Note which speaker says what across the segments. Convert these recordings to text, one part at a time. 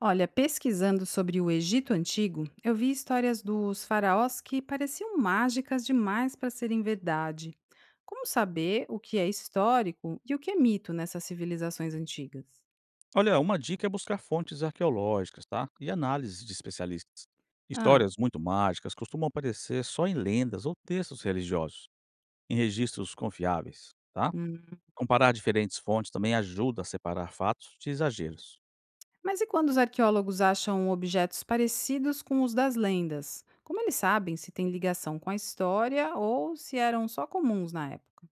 Speaker 1: Olha, pesquisando sobre o Egito Antigo, eu vi histórias dos faraós que pareciam mágicas demais para serem verdade. Como saber o que é histórico e o que é mito nessas civilizações antigas?
Speaker 2: Olha, uma dica é buscar fontes arqueológicas, tá? E análises de especialistas.
Speaker 1: Ah,
Speaker 2: Histórias muito mágicas costumam aparecer só em lendas ou textos religiosos, em registros confiáveis, tá?
Speaker 1: hum.
Speaker 2: Comparar diferentes fontes também ajuda a separar fatos de exageros.
Speaker 1: Mas e quando os arqueólogos acham objetos parecidos com os das lendas? Como eles sabem se tem ligação com a história ou se eram só comuns na época?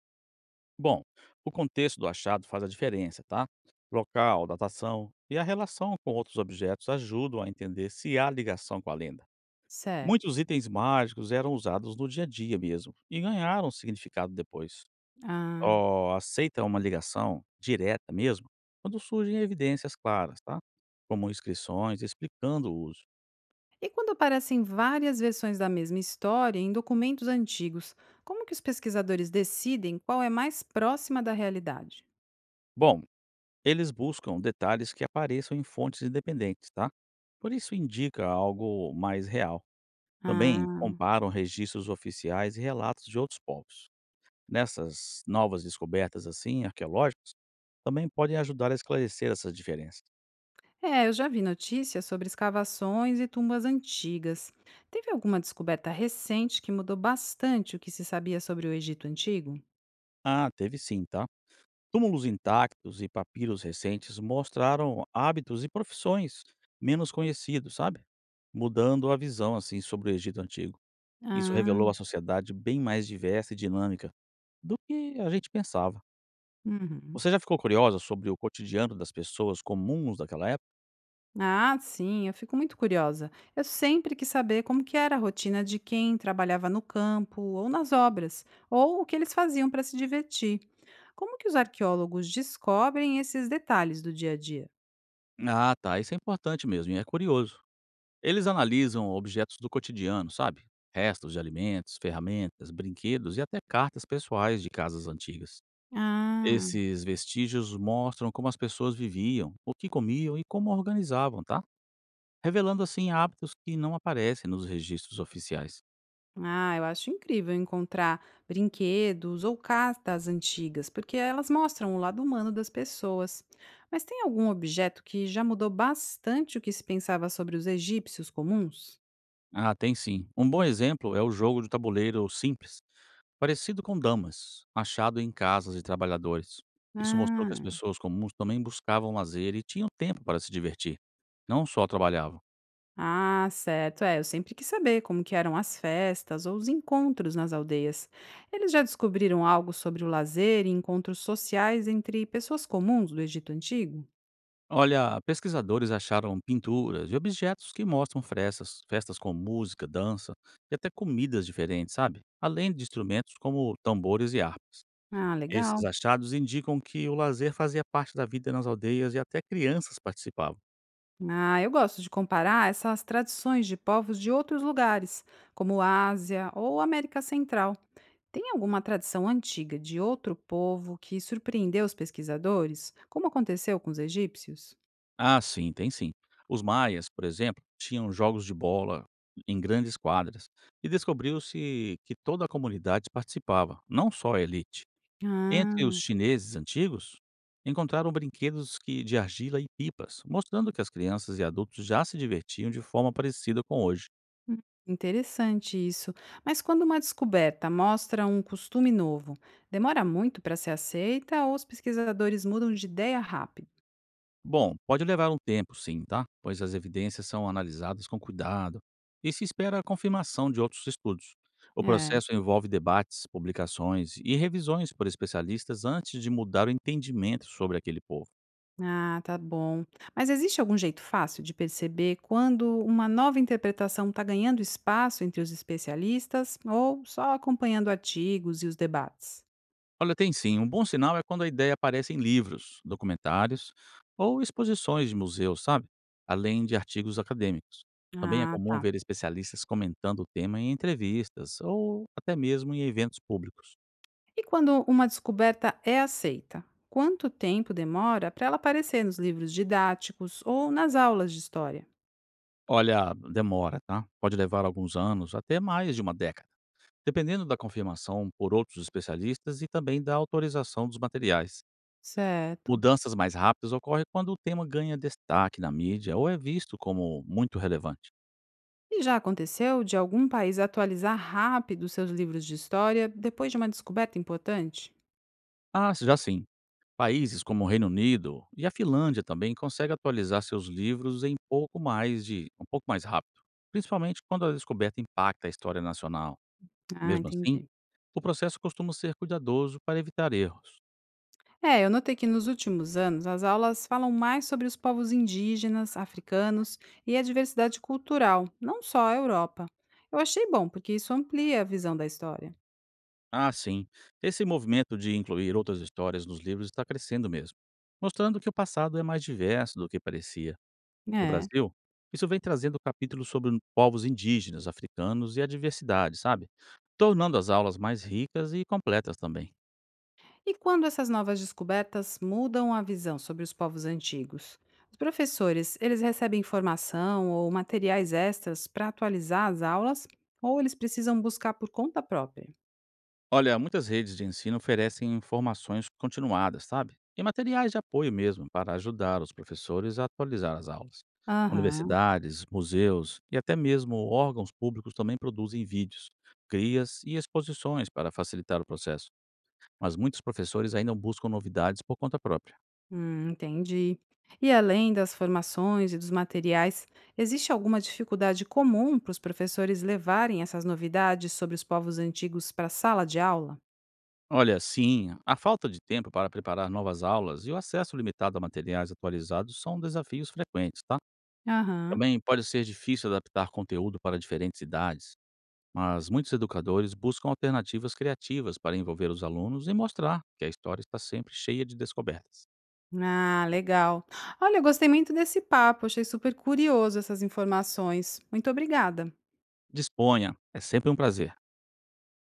Speaker 2: Bom, o contexto do achado faz a diferença, tá? Local, datação e a relação com outros objetos ajudam a entender se há ligação com a lenda.
Speaker 1: Certo.
Speaker 2: Muitos itens mágicos eram usados no dia a dia mesmo e ganharam significado depois.
Speaker 1: Ah.
Speaker 2: Só aceita uma ligação direta mesmo quando surgem evidências claras, tá? Como inscrições explicando o uso.
Speaker 1: E quando aparecem várias versões da mesma história em documentos antigos, como que os pesquisadores decidem qual é mais próxima da realidade?
Speaker 2: Bom, eles buscam detalhes que apareçam em fontes independentes, tá? Por isso indica algo mais real. Também
Speaker 1: Ah,
Speaker 2: comparam registros oficiais e relatos de outros povos. Nessas novas descobertas assim arqueológicas também podem ajudar a esclarecer essas diferenças.
Speaker 1: é, eu já vi notícias sobre escavações e tumbas antigas. Teve alguma descoberta recente que mudou bastante o que se sabia sobre o Egito antigo?
Speaker 2: Ah, teve sim, tá? Túmulos intactos e papiros recentes mostraram hábitos e profissões menos conhecidos, sabe? Mudando a visão assim sobre o Egito antigo. Isso
Speaker 1: Ah,
Speaker 2: revelou a sociedade bem mais diversa e dinâmica do que a gente pensava.
Speaker 1: uhum.
Speaker 2: Você já ficou curiosa sobre o cotidiano das pessoas comuns daquela época?
Speaker 1: Ah, sim, eu fico muito curiosa. Eu sempre quis saber como que era a rotina de quem trabalhava no campo ou nas obras, ou o que eles faziam para se divertir. Como que os arqueólogos descobrem esses detalhes do dia a dia?
Speaker 2: Ah, tá, isso é importante mesmo, e é curioso. Eles analisam objetos do cotidiano, sabe? Restos de alimentos, ferramentas, brinquedos e até cartas pessoais de casas antigas.
Speaker 1: Ah,
Speaker 2: Esses vestígios mostram como as pessoas viviam, o que comiam e como organizavam, tá? Revelando assim hábitos que não aparecem nos registros oficiais.
Speaker 1: ah, eu acho incrível encontrar brinquedos ou cartas antigas, porque elas mostram o lado humano das pessoas. Mas tem algum objeto que já mudou bastante o que se pensava sobre os egípcios comuns?
Speaker 2: Ah, tem sim. Um bom exemplo é o jogo de tabuleiro simples, parecido com damas, achado em casas de trabalhadores. Isso mostrou que as pessoas comuns também buscavam lazer e tinham tempo para se divertir, não só trabalhavam.
Speaker 1: Ah, certo. É, eu sempre quis saber como que eram as festas ou os encontros nas aldeias. Eles já descobriram algo sobre o lazer e encontros sociais entre pessoas comuns do Egito Antigo?
Speaker 2: Olha, pesquisadores acharam pinturas e objetos que mostram festas, festas com música, dança e até comidas diferentes, sabe? Além de instrumentos como tambores e harpas.
Speaker 1: Ah,
Speaker 2: Esses
Speaker 1: legal.
Speaker 2: achados indicam que o lazer fazia parte da vida nas aldeias e até crianças participavam.
Speaker 1: Ah, eu gosto de comparar essas tradições de povos de outros lugares, como Ásia ou América Central. Tem alguma tradição antiga de outro povo que surpreendeu os pesquisadores, como aconteceu com os egípcios?
Speaker 2: Ah, sim, tem sim. Os maias, por exemplo, tinham jogos de bola em grandes quadras e descobriu-se que toda a comunidade participava, não só a elite. Entre os
Speaker 1: Ah.
Speaker 2: chineses antigos, encontraram brinquedos que de argila e pipas, mostrando que as crianças e adultos já se divertiam de forma parecida com hoje.
Speaker 1: Hum, interessante isso. Mas quando uma descoberta mostra um costume novo, demora muito para ser aceita ou os pesquisadores mudam de ideia rápido?
Speaker 2: Bom, pode levar um tempo, sim, tá? Pois as evidências são analisadas com cuidado e se espera a confirmação de outros estudos. O
Speaker 1: É.
Speaker 2: processo envolve debates, publicações e revisões por especialistas antes de mudar o entendimento sobre aquele povo.
Speaker 1: Ah, tá bom. Mas existe algum jeito fácil de perceber quando uma nova interpretação está ganhando espaço entre os especialistas ou só acompanhando artigos e os debates?
Speaker 2: Olha, tem sim. Um bom sinal é quando a ideia aparece em livros, documentários ou exposições de museus, sabe? Além de artigos acadêmicos. Também é
Speaker 1: Ah,
Speaker 2: comum
Speaker 1: tá.
Speaker 2: ver especialistas comentando o tema em entrevistas ou até mesmo em eventos públicos.
Speaker 1: E quando uma descoberta é aceita? Quanto tempo demora para ela aparecer nos livros didáticos ou nas aulas de história?
Speaker 2: Olha, demora, tá? Pode levar alguns anos, até mais de uma década, dependendo da confirmação por outros especialistas e também da autorização dos materiais.
Speaker 1: Certo.
Speaker 2: Mudanças mais rápidas ocorrem quando o tema ganha destaque na mídia ou é visto como muito relevante.
Speaker 1: E já aconteceu de algum país atualizar rápido seus livros de história depois de uma descoberta importante?
Speaker 2: Ah, já sim. Países como o Reino Unido e a Finlândia também conseguem atualizar seus livros em pouco mais de um pouco mais rápido, principalmente quando a descoberta impacta a história nacional.
Speaker 1: Ah,
Speaker 2: Mesmo assim,
Speaker 1: entendi.
Speaker 2: o processo costuma ser cuidadoso para evitar erros.
Speaker 1: É, eu notei que nos últimos anos as aulas falam mais sobre os povos indígenas, africanos e a diversidade cultural, não só a Europa. Eu achei bom, porque isso amplia a visão da história.
Speaker 2: Ah, sim, esse movimento de incluir outras histórias nos livros está crescendo mesmo, mostrando que o passado é mais diverso do que parecia. No
Speaker 1: É.
Speaker 2: Brasil, isso vem trazendo capítulos sobre povos indígenas, africanos e a diversidade, sabe? Tornando as aulas mais ricas e completas também.
Speaker 1: E quando essas novas descobertas mudam a visão sobre os povos antigos? Os professores, eles recebem informação ou materiais extras para atualizar as aulas ou eles precisam buscar por conta própria?
Speaker 2: Olha, muitas redes de ensino oferecem informações continuadas, sabe? E materiais de apoio mesmo para ajudar os professores a atualizar as aulas.
Speaker 1: Aham,
Speaker 2: Universidades, museus e até mesmo órgãos públicos também produzem vídeos, crias e exposições para facilitar o processo, mas muitos professores ainda buscam novidades por conta própria.
Speaker 1: entendi. E além das formações e dos materiais, existe alguma dificuldade comum para os professores levarem essas novidades sobre os povos antigos para a sala de aula?
Speaker 2: Olha, sim, a falta de tempo para preparar novas aulas e o acesso limitado a materiais atualizados são desafios frequentes, tá?
Speaker 1: Aham.
Speaker 2: Também pode ser difícil adaptar conteúdo para diferentes idades mas muitos educadores buscam alternativas criativas para envolver os alunos e mostrar que a história está sempre cheia de descobertas.
Speaker 1: Ah, legal. Olha, eu gostei muito desse papo, achei super curioso essas informações. Muito obrigada.
Speaker 2: Disponha, é sempre um prazer.